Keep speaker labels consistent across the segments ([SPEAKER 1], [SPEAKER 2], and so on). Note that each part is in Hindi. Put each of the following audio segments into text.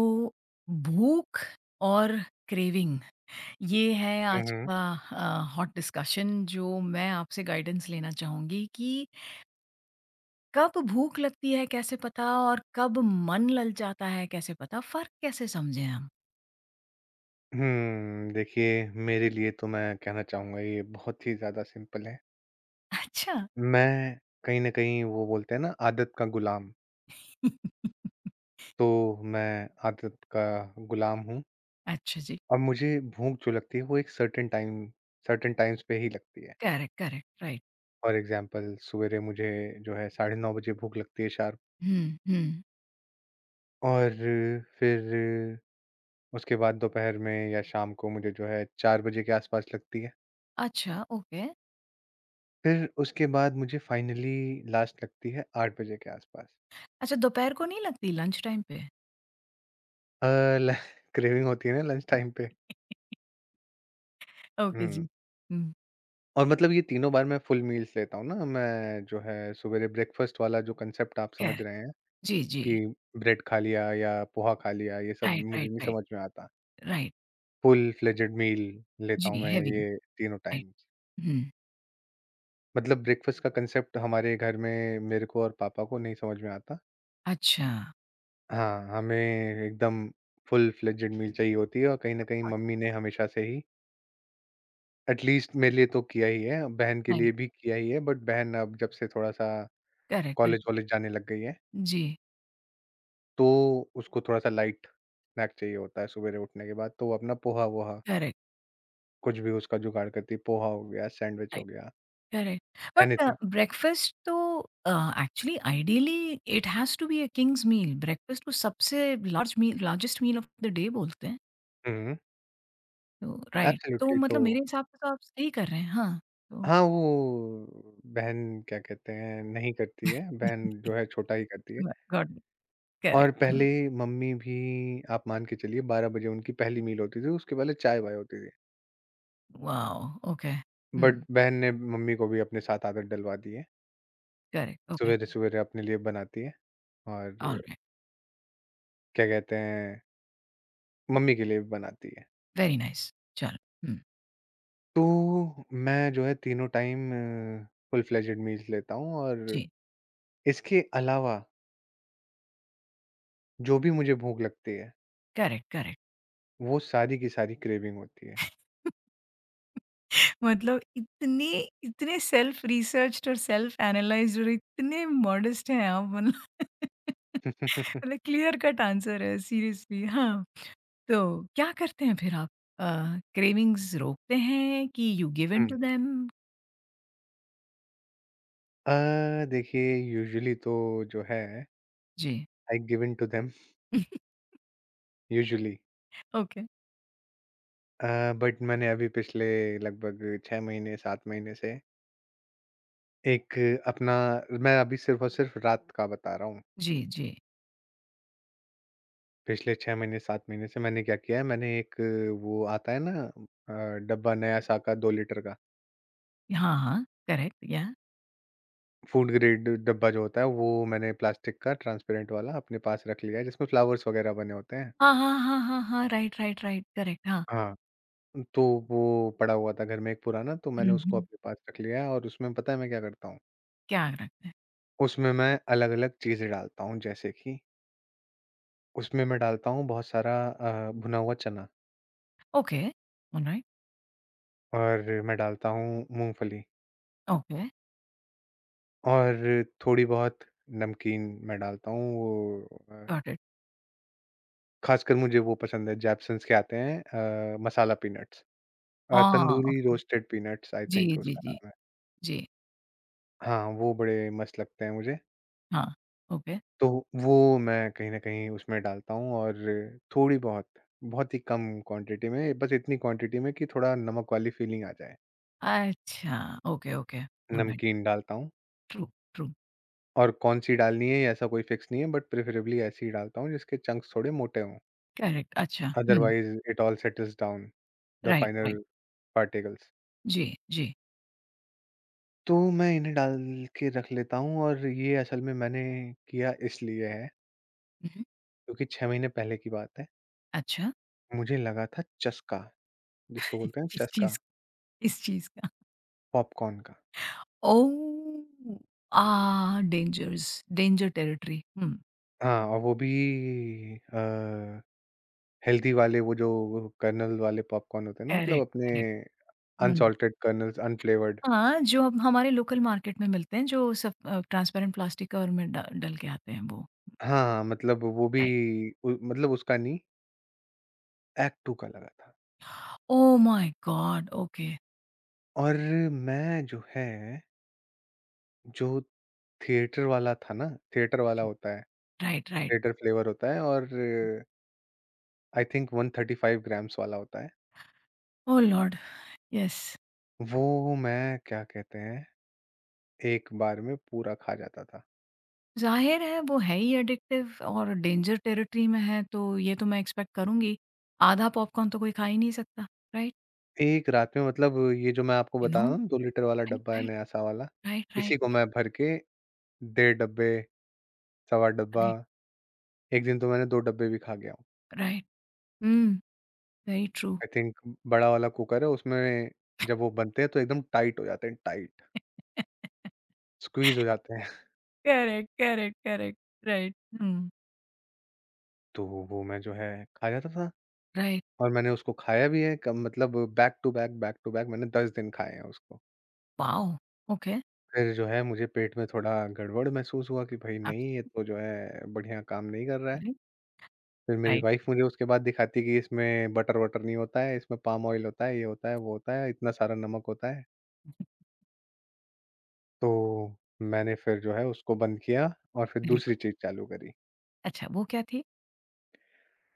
[SPEAKER 1] तो भूख और क्रेविंग ये है
[SPEAKER 2] हुँ,
[SPEAKER 1] आज
[SPEAKER 2] हुँ।
[SPEAKER 1] का हॉट डिस्कशन, जो मैं आपसे गाइडेंस लेना चाहूंगी कि कब भूख लगती है कैसे पता, और कब मन लल जाता है कैसे पता, फर्क कैसे समझे हम।
[SPEAKER 2] देखिए मेरे लिए तो मैं कहना चाहूँगा ये बहुत ही ज़्यादा सिंपल है।
[SPEAKER 1] अच्छा।
[SPEAKER 2] मैं कहीं न कहीं वो बोलते हैं ना आदत का गुलाम, तो मैं आदत का गुलाम हूँ।
[SPEAKER 1] अच्छा जी।
[SPEAKER 2] अब मुझे भूख जो लगती है वो एक सर्टेन टाइम्स पे ही लगती है।
[SPEAKER 1] Correct correct right.
[SPEAKER 2] For example सवेरे मुझे जो है साढ़े 9 बजे भूख लगती है शार्प,
[SPEAKER 1] हम्म।
[SPEAKER 2] और फिर उसके बाद दोपहर में या शाम को मुझे जो है 4 बजे के आस-पास लगती है।
[SPEAKER 1] अच्छा ओके।
[SPEAKER 2] फिर उसके बाद मुझे फाइनली लास्ट लगती है 8 बजे के आसपास।
[SPEAKER 1] अच्छा, दोपहर को नहीं लगती लंच टाइम पे?
[SPEAKER 2] अ, ल क्रेविंग होती है ना लंच टाइम पे।
[SPEAKER 1] ओके जी।
[SPEAKER 2] हुँ,
[SPEAKER 1] हम्म,
[SPEAKER 2] और मतलब ये तीनों बार मैं फुल मील्स लेता हूँ ना, मैं जो है सवेरे ब्रेकफ़ास्ट वाला जो कंसेप्ट आप समझ
[SPEAKER 1] करेक्ट,
[SPEAKER 2] रहे हैं
[SPEAKER 1] जी जी।
[SPEAKER 2] कि ब्रेड खा लिया या पोहा खा लिया, ये सब
[SPEAKER 1] राइट
[SPEAKER 2] मुझे
[SPEAKER 1] राइट
[SPEAKER 2] नहीं
[SPEAKER 1] राइट।
[SPEAKER 2] समझ में आता।
[SPEAKER 1] राइट
[SPEAKER 2] फुल फ्लेजेड मील लेता हूँ
[SPEAKER 1] जी,
[SPEAKER 2] मैं
[SPEAKER 1] हैवी।
[SPEAKER 2] ये तीनों टाइम्स।
[SPEAKER 1] राइट।
[SPEAKER 2] मतलब ब्रेकफ़ास्ट का कंसेप्ट हमारे घर में मेरे को और पापा को नहीं समझ में आता।
[SPEAKER 1] अच्छा।
[SPEAKER 2] हाँ, हमें एकदम फुल फ्लेजेड मील चाहिए होती है, और कहीं न कहीं मम्मी ने हमेशा से ही एटलीस्ट मेरे लिए तो किया ही है, बहन के
[SPEAKER 1] नाही।
[SPEAKER 2] लिए भी किया ही है, बट बहन अब जब से थोड़ा-सा
[SPEAKER 1] करेक्ट, करेक्ट।
[SPEAKER 2] कॉलेज वॉलेज जाने लग गई है,
[SPEAKER 1] जी।
[SPEAKER 2] तो उसको थोड़ा-सा लाइट स्नैक चाहिए होता है सवेरे उठने के बाद, तो वो अपना पोहा-वोहा
[SPEAKER 1] करेक्ट।
[SPEAKER 2] कुछ भी उसका जुगाड़ करती है, पोहा हो गया, सैंडविच हो
[SPEAKER 1] राइट।
[SPEAKER 2] गया,
[SPEAKER 1] करेक्ट। But
[SPEAKER 2] anything.
[SPEAKER 1] ब्रेकफास्ट तो uh, actually ideally it has to be a king's meal, breakfast को सबसे large meal, largest meal of the day बोलते हैं,
[SPEAKER 2] हुँ,
[SPEAKER 1] तो राइट। तो
[SPEAKER 2] एब्सोल्युटली तो
[SPEAKER 1] मतलब मेरे हिसाब से तो आप सही कर रहे हैं। हाँ, तो
[SPEAKER 2] हाँ, वो बहन क्या कहते हैं, नहीं करती है, बहन जो है छोटा ही करती है।
[SPEAKER 1] ग गॉट इट।
[SPEAKER 2] और
[SPEAKER 1] करेक्ट। हुँ।
[SPEAKER 2] पहले मम्मी भी आप मान के चलिए 12 बजे उनकी पहली मील होती थी, उसके पहले चाय-वाय होती थी।
[SPEAKER 1] वॉव! ओके।
[SPEAKER 2] बट
[SPEAKER 1] हुँ।
[SPEAKER 2] बहन ने मम्मी को भी अपने साथ आदत डलवा दी है।
[SPEAKER 1] करेक्ट। ओके।
[SPEAKER 2] सवेरे-सवेरे अपने लिए बनाती है, और
[SPEAKER 1] ऑलराइट।
[SPEAKER 2] क्या कहते हैं, मम्मी के लिए भी बनाती है।
[SPEAKER 1] Very nice. चलो। हुँ।
[SPEAKER 2] तो मैं जो है तीनों टाइम फुल फ्लेज्ड मील्स लेता हूँ, और
[SPEAKER 1] जी।
[SPEAKER 2] इसके अलावा जो भी मुझे भूख लगती है,
[SPEAKER 1] करेक्ट, करेक्ट।
[SPEAKER 2] वो सारी की सारी क्रेविंग होती है।
[SPEAKER 1] मतलब इतने इतने सेल्फ रिसर्च्ड और सेल्फ एनालाइज्ड और इतने मॉडेस्ट हैं आप, मतलब मतलब क्लियर कट आंसर है सीरियसली, हाँ। तो क्या करते हैं फिर आप? क्रेविंग्स रोकते हैं कि यू गिव इन
[SPEAKER 2] हुँ।
[SPEAKER 1] To them?
[SPEAKER 2] अ, देखिए यूजुअली तो जो है
[SPEAKER 1] जी।
[SPEAKER 2] I give in to them usually.
[SPEAKER 1] Okay.
[SPEAKER 2] But मैंने अभी पिछले लगभग 6 महीने 7 महीने से एक अपना मैं अभी सिर्फ़ और सिर्फ़ रात का बता रहा हूँ।
[SPEAKER 1] जी, जी।
[SPEAKER 2] पिछले 6 महीने 7 महीने से मैंने क्या किया है, मैंने एक वो आता है ना डब्बा नयासा का 2 लीटर का
[SPEAKER 1] हाँ, हाँ। करेक्ट या
[SPEAKER 2] फ़ूड ग्रेड डब्बा जो होता है वो मैंने प्लास्टिक का ट्रांसपेरेंट वाला अपने पास रख लिया है जिसमें फ्लावर्स वग़ैरह बने होते हैं।
[SPEAKER 1] हाँ, हाँ, हाँ, हाँ, हाँ। Right, right, right. करेक्ट हाँ।
[SPEAKER 2] हाँ। तो वो पड़ा हुआ था घर में एक पुराना, तो
[SPEAKER 1] हुँ,
[SPEAKER 2] मैंने उसको
[SPEAKER 1] हुँ।
[SPEAKER 2] अपने पास रख लिया है, और उसमें पता है मैं क्या करता हूँ?
[SPEAKER 1] क्या रखते हैं?
[SPEAKER 2] उसमें मैं अलग-अलग चीज़ें डालता हूँ जैसे कि उसमें मैं डालता हूँ बहुत सारा भुना हुआ चना,
[SPEAKER 1] ओके, ऑलराइट,
[SPEAKER 2] और मैं डालता हूँ मूँगफली,
[SPEAKER 1] ओके,
[SPEAKER 2] और थोड़ी बहुत नमकीन मैं डालता हूँ,
[SPEAKER 1] गॉट इट।
[SPEAKER 2] ख़ासकर मुझे वो पसंद है जैपसन्स के आते हैं, मसाला पीनट्स,
[SPEAKER 1] हाँ,
[SPEAKER 2] tandoori
[SPEAKER 1] okay.
[SPEAKER 2] Roasted peanuts, I think
[SPEAKER 1] जी, जी,
[SPEAKER 2] उसका
[SPEAKER 1] जी,
[SPEAKER 2] नाम है।
[SPEAKER 1] जी।
[SPEAKER 2] हाँ, वो बड़े मस्त लगते हैं मुझे।
[SPEAKER 1] हाँ, ओके।
[SPEAKER 2] तो वो मैं कहीं न कहीं उसमें डालता हूँ, और थोड़ी बहुत, बहुत ही कम क्वांटिटी में, बस इतनी क्वांटिटी में कि थोड़ा नमक वाली फ़ीलिंग आ जाए।
[SPEAKER 1] अच्छा, ओके, ओके, ऑलराइट,
[SPEAKER 2] नमकीन डालता हूँ।
[SPEAKER 1] ट्रू, ट्रू,
[SPEAKER 2] और कौन-सी डालनी है, ये ऐसा कोई फिक्स नहीं है, बट प्रेफरेबली ऐसी ही डालता हूँ जिसके चंक्स थोड़े मोटे हों।
[SPEAKER 1] करेक्ट, अच्छा, हुँ,
[SPEAKER 2] otherwise it all settles down, the
[SPEAKER 1] right,
[SPEAKER 2] final
[SPEAKER 1] right,
[SPEAKER 2] particles.
[SPEAKER 1] जी, जी,
[SPEAKER 2] तो मैं इन्हें डाल के रख लेता हूँ, और ये असल में मैंने किया इसलिए है,
[SPEAKER 1] हुँ, हुँ,
[SPEAKER 2] क्योंकि 6 महीने पहले की बात है।
[SPEAKER 1] अच्छा,
[SPEAKER 2] मुझे लगा था चस्का, जिसको बोलते हैं
[SPEAKER 1] किस
[SPEAKER 2] चस्का,
[SPEAKER 1] चीज़ किस चीज़ का?
[SPEAKER 2] पॉपकॉर्न का।
[SPEAKER 1] Oh! Ah! Dangers, danger territory, हुँ,
[SPEAKER 2] हाँ, और वो भी अ, हेल्दी वाले वो जो कर्नल वाले पॉपकॉर्न होते हैं ना, मतलब
[SPEAKER 1] करेक्ट,
[SPEAKER 2] अपने
[SPEAKER 1] करेक्ट, हुँ,
[SPEAKER 2] अनसॉल्टेड कर्नल्स, अनफ्लेवर्ड।
[SPEAKER 1] हाँ, जो अब हमारे लोकल मार्केट में मिलते हैं, जो सब ट्रांसपेरेंट प्लास्टिक कवर में ड डल के आते हैं वो,
[SPEAKER 2] हाँ, मतलब वो भी
[SPEAKER 1] राइट,
[SPEAKER 2] उ मतलब उसका नहीं, एक्ट 2 का लगा था।
[SPEAKER 1] Oh my God! ओके,
[SPEAKER 2] और मैं जो है, जो थिएटर वाला था ना, थिएटर वाला
[SPEAKER 1] जी,
[SPEAKER 2] होता है,
[SPEAKER 1] राइट, राइट,
[SPEAKER 2] थिएटर फ्लेवर होता है, और आई थिंक 135 ग्राम्स वाला होता है।
[SPEAKER 1] Oh lord! यस।
[SPEAKER 2] वो मैं क्या कहते हैं, एक बार में पूरा खा जाता था।
[SPEAKER 1] ज़ाहिर है वो है ही एडिक्टिव और डेंजर टेरिटरी में है, तो ये तो मैं एक्सपेक्ट करूँगी। आधा पॉपकॉर्न तो कोई खा ही नहीं सकता, राइट?
[SPEAKER 2] एक रात में, मतलब ये जो मैं आपको
[SPEAKER 1] यू
[SPEAKER 2] बता
[SPEAKER 1] नो?
[SPEAKER 2] रहा हूँ, 2 लीटर वाला
[SPEAKER 1] राइट,
[SPEAKER 2] डब्बा है
[SPEAKER 1] राइट,
[SPEAKER 2] नयासा वाला,
[SPEAKER 1] राइट,
[SPEAKER 2] इसी को
[SPEAKER 1] राइट,
[SPEAKER 2] मैं भर के डेढ़ डब्बे, सवा डब्बा,
[SPEAKER 1] राइट,
[SPEAKER 2] एक दिन तो मैंने 2 डब्बे भी खा गया हूँ।
[SPEAKER 1] राइट। हुँ, वेरी ट्रू।
[SPEAKER 2] आई थिंक बड़ा वाला कुकर है, उसमें जब वो बनते हैं तो एकदम टाइट हो जाते हैं टाइट, स्क्वीज़ हो जाते हैं।
[SPEAKER 1] करेक्ट, करेक्ट, करेक्ट, राइट, हुँ,
[SPEAKER 2] तो वो मैं जो है खा जाता था,
[SPEAKER 1] राइट।
[SPEAKER 2] और मैंने उसको खाया भी है, कम मतलब बैक टू बैक मैंने 10 दिन खाए हैं उसको।
[SPEAKER 1] वाओ! ओके,
[SPEAKER 2] फिर जो है मुझे पेट में थोड़ा गड़बड़ महसूस हुआ कि भाई नहीं, ये तो जो है बढ़िया काम नहीं कर रहा है।
[SPEAKER 1] एब्सोल्युटली
[SPEAKER 2] फिर मेरी
[SPEAKER 1] राइट,
[SPEAKER 2] वाइफ़ मुझे उसके बाद दिखाती है कि इसमें बटर-वटर नहीं होता है, इसमें पाम ऑयल होता है, ये होता है, वो होता है, इतना सारा नमक होता है। तो मैंने फिर जो है उसको बंद किया, और फिर
[SPEAKER 1] वेरी
[SPEAKER 2] दूसरी
[SPEAKER 1] गुड।
[SPEAKER 2] चीज़ चालू करी।
[SPEAKER 1] अच्छा वो क्या थी?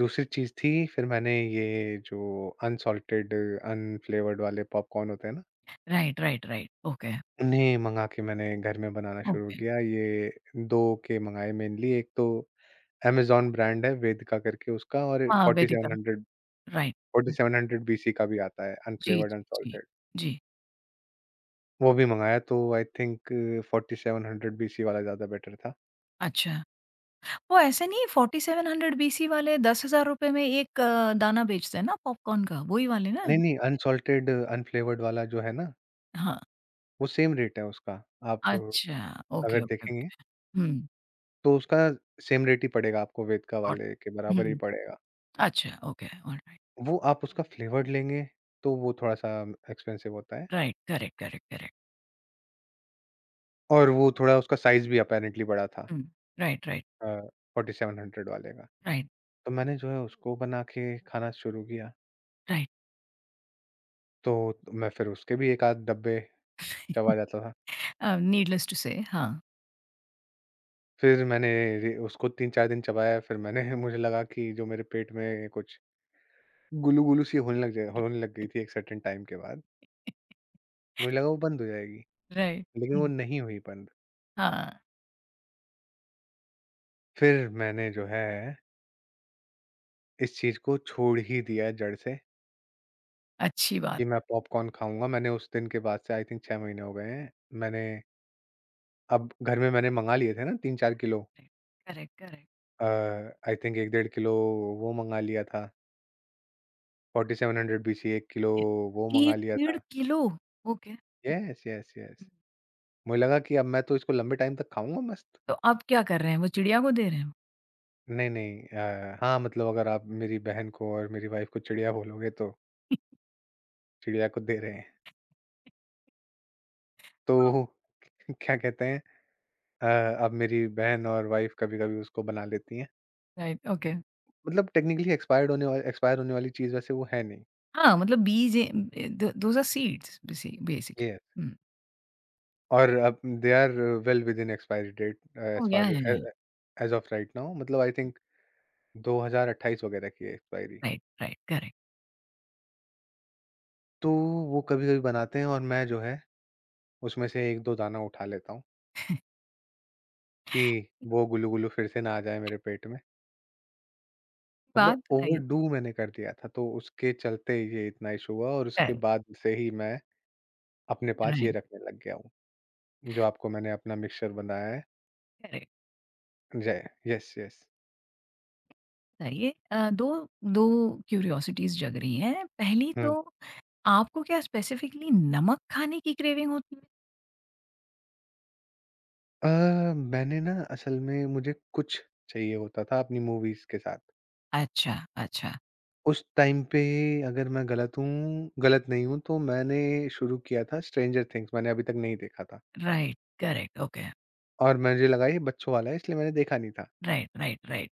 [SPEAKER 2] दूसरी चीज़ थी, फिर मैंने ये जो अनसॉल्टेड अनफ्लेवर्ड वाले पॉपकॉर्न होते हैं ना,
[SPEAKER 1] राइट, राइट, राइट, ओके,
[SPEAKER 2] उन्हें मँगा के मैंने घर में बनाना शुरू
[SPEAKER 1] ओके।
[SPEAKER 2] किया। ये 2 के मँगाए मेनली, एक तो अमेज़न ब्रांड है वेदिका करके उसका, और
[SPEAKER 1] हाँ, वेदिका, राइट। हुँ,
[SPEAKER 2] 4700 बीसी का भी आता है
[SPEAKER 1] जी, जी,
[SPEAKER 2] अनफ्लेवर्ड
[SPEAKER 1] जी,
[SPEAKER 2] अनसॉल्टेड।
[SPEAKER 1] जी,
[SPEAKER 2] वो भी मँगाया, तो आई थिंक 4700 बीसी वाला ज़्यादा बेटर था।
[SPEAKER 1] अच्छा। वो ऐसे नहीं 4700 बीसी वाले 10,000 रुपए में 1 दाना बेचते हैं ना पॉपकॉर्न का, वही वाले ना?
[SPEAKER 2] नहीं, नहीं, अनसॉल्टेड अनफ्लेवर्ड वाला जो है ना,
[SPEAKER 1] हाँ,
[SPEAKER 2] वो सेम रेट है उसका। आप
[SPEAKER 1] अच्छा,
[SPEAKER 2] अगर
[SPEAKER 1] ओके, ओके,
[SPEAKER 2] देखेंगे
[SPEAKER 1] ओके। हुँ,
[SPEAKER 2] तो उसका सेम रेट ही पड़ेगा, आपको वेदका
[SPEAKER 1] गॉट
[SPEAKER 2] वाले के
[SPEAKER 1] इट।
[SPEAKER 2] बराबर ही
[SPEAKER 1] हुँ,
[SPEAKER 2] पड़ेगा।
[SPEAKER 1] अच्छा, ओके, ऑलराइट।
[SPEAKER 2] वो आप उसका फ्लेवर्ड लेंगे, तो वो थोड़ा-सा एक्सपेंसिव होता है,
[SPEAKER 1] राइट, करेक्ट, करेक्ट, करेक्ट।
[SPEAKER 2] और वो थोड़ा उसका साइज़ भी अपैरेंटली बड़ा था
[SPEAKER 1] हुँ, राइट, राइट,
[SPEAKER 2] अ, 4700 वाले का।
[SPEAKER 1] राइट,
[SPEAKER 2] तो मैंने जो है उसको बना के खाना शुरू किया,
[SPEAKER 1] राइट।
[SPEAKER 2] तो मैं फिर उसके भी 1 आध डब्बे चबा जाता था।
[SPEAKER 1] नीडलेस टू से हाँ,
[SPEAKER 2] फिर मैंने रे उसको 3-4 दिन चबाया, फिर मैंने मुझे लगा कि जो मेरे पेट में कुछ गुलू-गुलू सी होने लग गई थी एक सर्टेन टाइम के बाद। मुझे लगा वो बंद हो जाएगी,
[SPEAKER 1] राइट।
[SPEAKER 2] लेकिन वो
[SPEAKER 1] हुँ,
[SPEAKER 2] नहीं हुई बंद।
[SPEAKER 1] हाँ,
[SPEAKER 2] फिर मैंने जो है, इस चीज़ को छोड़ ही दिया है जड़ से,
[SPEAKER 1] अच्छी बात
[SPEAKER 2] कि मैं पॉपकॉर्न खाऊँगा। मैंने उस दिन के बाद से आई थिंक 6 महीने हो गए हैं। मैंने अब घर में मैंने मँगा लिए थे ना 3-4 किलो,
[SPEAKER 1] है। Correct, correct.
[SPEAKER 2] Uh, I think 1 डेढ़ किलो वो मँगा लिया था, 4700 बीसी 1 किलो वो मँगा
[SPEAKER 1] 1
[SPEAKER 2] लिया
[SPEAKER 1] डेढ़
[SPEAKER 2] था।
[SPEAKER 1] Kilo! Okay.
[SPEAKER 2] Yes, yes, yes.
[SPEAKER 1] हुँ,
[SPEAKER 2] मुझे लगा कि अब मैं तो इसको लंबे टाइम तक खाऊँगा मस्त।
[SPEAKER 1] तो आप क्या कर रहे हैं? वो चिड़िया को दे रहे हैं?
[SPEAKER 2] नहीं, नहीं, हाँ, मतलब अगर आप मेरी बहन को और मेरी वाइफ़ को चिड़िया बोलोगे तो चिड़िया को दे रहे हैं। तो क्या कहते हैं, अ, अब मेरी बहन और वाइफ़ कभी-कभी उसको बना लेती हैं।
[SPEAKER 1] Right, okay.
[SPEAKER 2] मतलब टेक्निकली एक्सपायर होने वाली चीज़ वैसे वो है नहीं।
[SPEAKER 1] हाँ, मतलब बीज a the those are seeds बेसि
[SPEAKER 2] येस।
[SPEAKER 1] बेसिकली। हुँ।
[SPEAKER 2] और अब they are well within expiry date
[SPEAKER 1] oh
[SPEAKER 2] as far as
[SPEAKER 1] yeah yeah.
[SPEAKER 2] Uh as of right now, मतलब आई थिंक 2028 वगैरह की है एक्सपायरी।
[SPEAKER 1] Right, right, correct.
[SPEAKER 2] तो वो कभी-कभी बनाते हैं, और मैं जो है उसमें से 1-2 दाना उठा लेता हूँ, कि
[SPEAKER 1] एक
[SPEAKER 2] वो गुल्लू-गुल्लू फिर से ना आ जाए मेरे पेट में। मतलब
[SPEAKER 1] बात बताइए
[SPEAKER 2] ओवरडू मैंने कर दिया था तो उसके चलते ये इतना इश्यू हुआ, और उसके
[SPEAKER 1] करेक्ट,
[SPEAKER 2] बाद से ही मैं अपने पास ये
[SPEAKER 1] राइट,
[SPEAKER 2] रखने लग गया हूँ। जो आपको मैंने अपना मिक्सचर बनाया है।
[SPEAKER 1] करेक्ट।
[SPEAKER 2] जय यस, यस।
[SPEAKER 1] बताइए 2 2 क्यूरियोसिटीज़ जग रही हैं। पहली तो
[SPEAKER 2] हुँ।
[SPEAKER 1] आपको क्या स्पेसिफिकली नमक खाने की क्रेविंग होती है?
[SPEAKER 2] अ, मैंने ना असल में मुझे कुछ चाहिए होता था अपनी मूवीज़ के साथ।
[SPEAKER 1] अच्छा, अच्छा।
[SPEAKER 2] उस टाइम पे, अगर मैं गलत नहीं हूँ तो, मैंने शुरू किया था स्ट्रेंजर थिंग्स मैंने अभी तक नहीं देखा था।
[SPEAKER 1] Right, correct, okay.
[SPEAKER 2] और मुझे लगा ये बच्चों वाला है इसलिए मैंने देखा नहीं था।
[SPEAKER 1] राइट, राइट, राइट,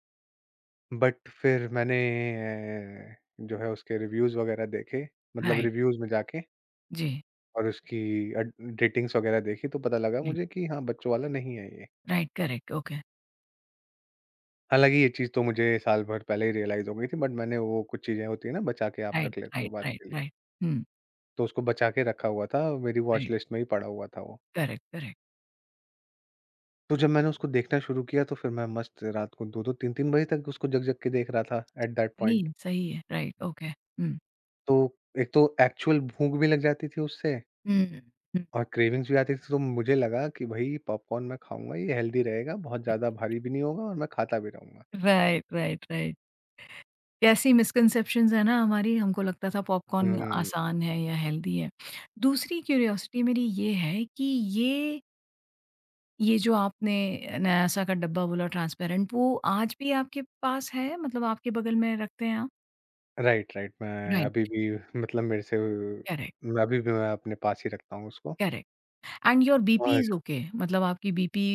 [SPEAKER 2] बट फिर मैंने जो है उसके रिव्यूज़ वग़ैरह देखे, मतलब
[SPEAKER 1] राइट।
[SPEAKER 2] रिव्यूज़ में जाके,
[SPEAKER 1] जी,
[SPEAKER 2] और उसकी रेटिंग्स वग़ैरह देखी, तो पता लगा
[SPEAKER 1] राइट,
[SPEAKER 2] मुझे कि हाँ, बच्चों वाला नहीं है ये।
[SPEAKER 1] Right, correct, okay.
[SPEAKER 2] हालाँकि ये चीज़ तो मुझे साल भर पहले ही रियलाइज़ हो गई थी, बट मैंने वो कुछ चीज़ें होती है ना बचा के आप
[SPEAKER 1] राइट,
[SPEAKER 2] रख लेते हो
[SPEAKER 1] राइट,
[SPEAKER 2] बाद
[SPEAKER 1] राइट,
[SPEAKER 2] के लिए,
[SPEAKER 1] राइट। हुँ,
[SPEAKER 2] तो उसको बचा के रखा हुआ था, मेरी वॉच
[SPEAKER 1] राइट,
[SPEAKER 2] लिस्ट में ही पड़ा हुआ था वो।
[SPEAKER 1] Correct, correct.
[SPEAKER 2] तो जब मैंने उसको देखना शुरू किया तो फिर मैं मस्त रात को 2-2 3-3 बजे तक उसको जग-जग के देख रहा था एट दैट पॉइंट।
[SPEAKER 1] नहीं, सही है। Right, okay. हुँ।
[SPEAKER 2] तो एक तो एक्चुअल भूख भी लग जाती थी उससे,
[SPEAKER 1] हुँ, हुँ।
[SPEAKER 2] और क्रेविंग्स भी आती थी, तो मुझे लगा कि भई पॉपकॉर्न मैं खाऊँगा, ये हेल्दी रहेगा, बहुत ज़्यादा भारी भी नहीं होगा, और मैं खाता भी रहूँगा।
[SPEAKER 1] Right, right, right. कैसी मिसकंसेप्शंस है ना हमारी, हमको लगता था पॉपकॉर्न
[SPEAKER 2] हुँ।
[SPEAKER 1] आसान है या हेल्दी है। दूसरी क्यूरियोसिटी मेरी ये है कि ये ये जो आपने नायासा का डब्बा बोला ट्रांसपेरेंट, वो आज भी आपके पास है? मतलब आपके बगल में रखते हैं आप?
[SPEAKER 2] Right, right. मैं अभी
[SPEAKER 1] राइट,
[SPEAKER 2] भी मतलब मेरे से
[SPEAKER 1] करेक्ट,
[SPEAKER 2] मैं अपने पास ही रखता हूँ उसको।
[SPEAKER 1] करेक्ट एंड यूर बीपी
[SPEAKER 2] और
[SPEAKER 1] इज़ ओके, मतलब आपकी बीपी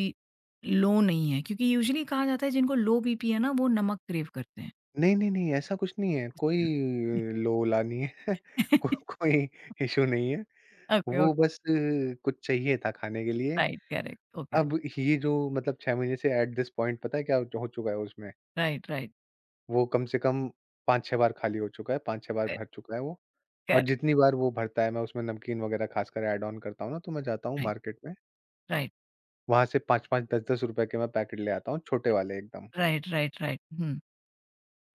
[SPEAKER 1] लो नहीं है, क्योंकि यूजुअली कहा जाता है जिनको लो बीपी है ना वो नमक क्रेव करते हैं।
[SPEAKER 2] नहीं, नहीं, नहीं, ऐसा कुछ नहीं है, कोई
[SPEAKER 1] अच्छा।
[SPEAKER 2] लोला नहीं है, को कोई इश्यू नहीं है।
[SPEAKER 1] ओके,
[SPEAKER 2] वो
[SPEAKER 1] ओके,
[SPEAKER 2] बस कुछ चाहिए था खाने के लिए।
[SPEAKER 1] Right, correct, okay.
[SPEAKER 2] अब ये जो मतलब 6 महीने से, एट दिस पॉइंट पता है क्या हो चुका है उसमें?
[SPEAKER 1] राइट, राइट,
[SPEAKER 2] वो कम से कम 5-6 बार खाली हो चुका है, 5-6 बार
[SPEAKER 1] राइट,
[SPEAKER 2] भर चुका है वो, और
[SPEAKER 1] करेक्ट,
[SPEAKER 2] जितनी बार वो भरता है मैं उसमें नमकीन वगैरह ख़ासकर ऐड ऑन करता हूँ ना, तो मैं जाता हूँ
[SPEAKER 1] राइट,
[SPEAKER 2] मार्केट में,
[SPEAKER 1] राइट,
[SPEAKER 2] वहाँ से 5-5 10-10 रुपए के मैं पैकेट ले आता हूँ, छोटे वाले एकदम,
[SPEAKER 1] राइट, राइट, राइट, हुँ,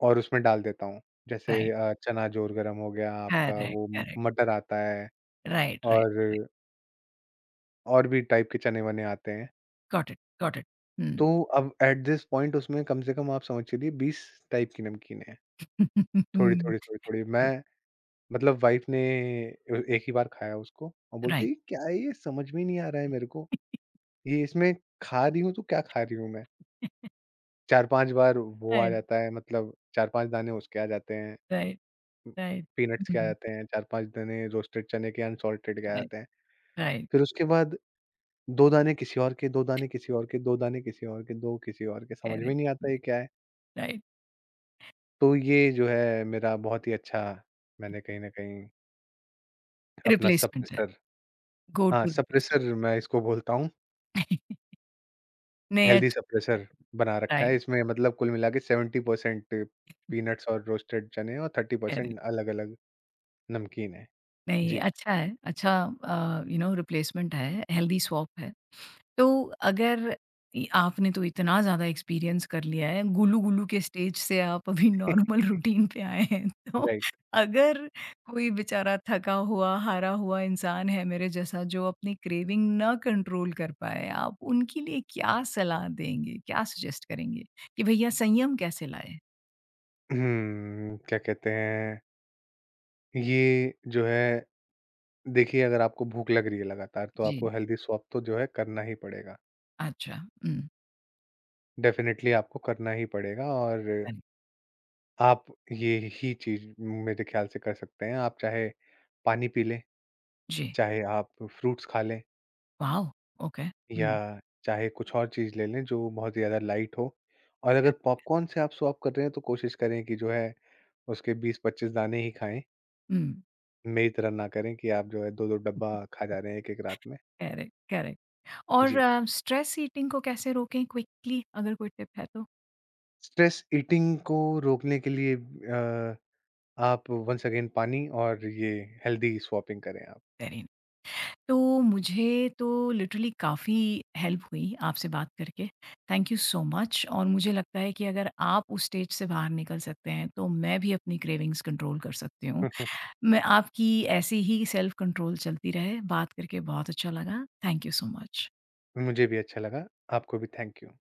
[SPEAKER 2] और उसमें डाल देता हूँ। जैसे
[SPEAKER 1] राइट,
[SPEAKER 2] चना जोर गरम हो गया आपका,
[SPEAKER 1] करेक्ट,
[SPEAKER 2] वो म
[SPEAKER 1] करेक्ट,
[SPEAKER 2] मटर आता है,
[SPEAKER 1] राइट, राइट, राइट,
[SPEAKER 2] और और भी टाइप के चने-वने आते हैं।
[SPEAKER 1] गॉट इट,
[SPEAKER 2] तो
[SPEAKER 1] हुँ,
[SPEAKER 2] अब एट दिस पॉइंट उसमें कम से कम आप समझ चलिए 20 टाइप की नमकीन है।
[SPEAKER 1] अ,
[SPEAKER 2] थोड़ी-थोड़ी, थोड़ी-थोड़ी मैं मतलब वाइफ़ ने एक ही बार खाया उसको और बोलती
[SPEAKER 1] राइट,
[SPEAKER 2] है, "क्या है ये? समझ में ही नहीं आ रहा है मेरे को। ये इसमें खा रही हूँ तो क्या खा रही हूँ मैं?" 4-5 बार वो आ
[SPEAKER 1] राइट,
[SPEAKER 2] जाता है, मतलब 4-5 दाने उसके आ जाते हैं।
[SPEAKER 1] राइट, राइट,
[SPEAKER 2] पीनट्स के आ
[SPEAKER 1] हुँ,
[SPEAKER 2] जाते हैं, 4-5 दाने रोस्टेड चने के अनसॉल्टेड के आ
[SPEAKER 1] राइट,
[SPEAKER 2] जाते हैं।
[SPEAKER 1] राइट,
[SPEAKER 2] फिर उसके बाद 2 दाने किसी और के, 2 दाने किसी और के, 2 दाने किसी और के, 2 किसी और के, समझ में
[SPEAKER 1] करेक्ट,
[SPEAKER 2] नहीं आता ये क्या है?
[SPEAKER 1] राइट,
[SPEAKER 2] तो ये जो है मेरा बहुत ही अच्छा, मैंने कहीं न कहीं अपना
[SPEAKER 1] रिप्लेसमेंट है,
[SPEAKER 2] सप्रेसर,
[SPEAKER 1] गो
[SPEAKER 2] हाँ,
[SPEAKER 1] टू रिप्लेसमेंट
[SPEAKER 2] सप्रेसर मैं इसको बोलता हूँ,
[SPEAKER 1] नहीं
[SPEAKER 2] हेल्दी
[SPEAKER 1] अच्छा,
[SPEAKER 2] सप्रेसर बना रखा है।
[SPEAKER 1] राइट,
[SPEAKER 2] इसमें मतलब कुल मिला के 70% पीनट्स और रोस्टेड चने, और
[SPEAKER 1] करेक्ट,
[SPEAKER 2] 30% अलग-अलग नमकीन है।
[SPEAKER 1] नहीं
[SPEAKER 2] जी,
[SPEAKER 1] अच्छा है, अच्छा यू नो रिप्लेसमेंट है, हेल्दी स्वैप है। तो अगर इ आपने तो इतना ज़्यादा एक्सपीरियंस कर लिया है, गुलू-गुलू के स्टेज से आप अभी नॉर्मल रूटीन पे आए हैं, तो
[SPEAKER 2] राइट।
[SPEAKER 1] अगर कोई बेचारा थका हुआ, हारा हुआ इंसान है मेरे जैसा, जो अपनी क्रेविंग ना कंट्रोल कर पाए, आप उनके लिए क्या सलाह देंगे? क्या सजेस्ट करेंगे कि भैया संयम कैसे लाएँ?
[SPEAKER 2] क्या कहते हैं, ये जो है, देखिए अगर आपको भूख लग रही है लगातार, तो आपको
[SPEAKER 1] जी,
[SPEAKER 2] हेल्दी स्वैप तो जो है करना ही पड़ेगा।
[SPEAKER 1] अच्छा, हुँ,
[SPEAKER 2] डेफ़िनेटली आपको करना ही पड़ेगा, और आप ये ही चीज़ मेरे ख़्याल से कर सकते हैं। आप चाहे पानी पी लें,
[SPEAKER 1] जी,
[SPEAKER 2] चाहे आप फ्रूट्स खा लें,
[SPEAKER 1] वॉव! ओके,
[SPEAKER 2] या
[SPEAKER 1] हुँ,
[SPEAKER 2] चाहे कुछ और चीज़ ले लें जो बहुत ज़्यादा लाइट हो। और अगर पॉपकॉर्न से आप स्वैप कर रहे हैं तो कोशिश करें कि जो है उसके 20-25 दाने ही खाएँ।
[SPEAKER 1] हुँ।
[SPEAKER 2] मेरी तरह ना करें कि आप जो है 2-2 डब्बा खा जा रहे हैं एक-एक रात में।
[SPEAKER 1] करेक्ट, करेक्ट और
[SPEAKER 2] जी।
[SPEAKER 1] स्ट्रेस ईटिंग को कैसे रोकें क्विकली, अगर कोई टिप है तो?
[SPEAKER 2] स्ट्रेस ईटिंग को रोकने के लिए आप वंस अगेन पानी और ये हेल्दी स्वैपिंग करें आप।
[SPEAKER 1] Very nice. तो मुझे तो लिटरली काफ़ी हेल्प हुई आपसे बात करके। थैंक यू सो मच, और मुझे लगता है कि अगर आप उस स्टेज से बाहर निकल सकते हैं, तो मैं भी अपनी क्रेविंग्स कंट्रोल कर सकती हूँ। मैं आपकी ऐसी ही सेल्फ कंट्रोल चलती रहे, बात करके बहुत अच्छा लगा। Thank you so much.
[SPEAKER 2] मुझे भी अच्छा लगा, आपको भी थैंक यू।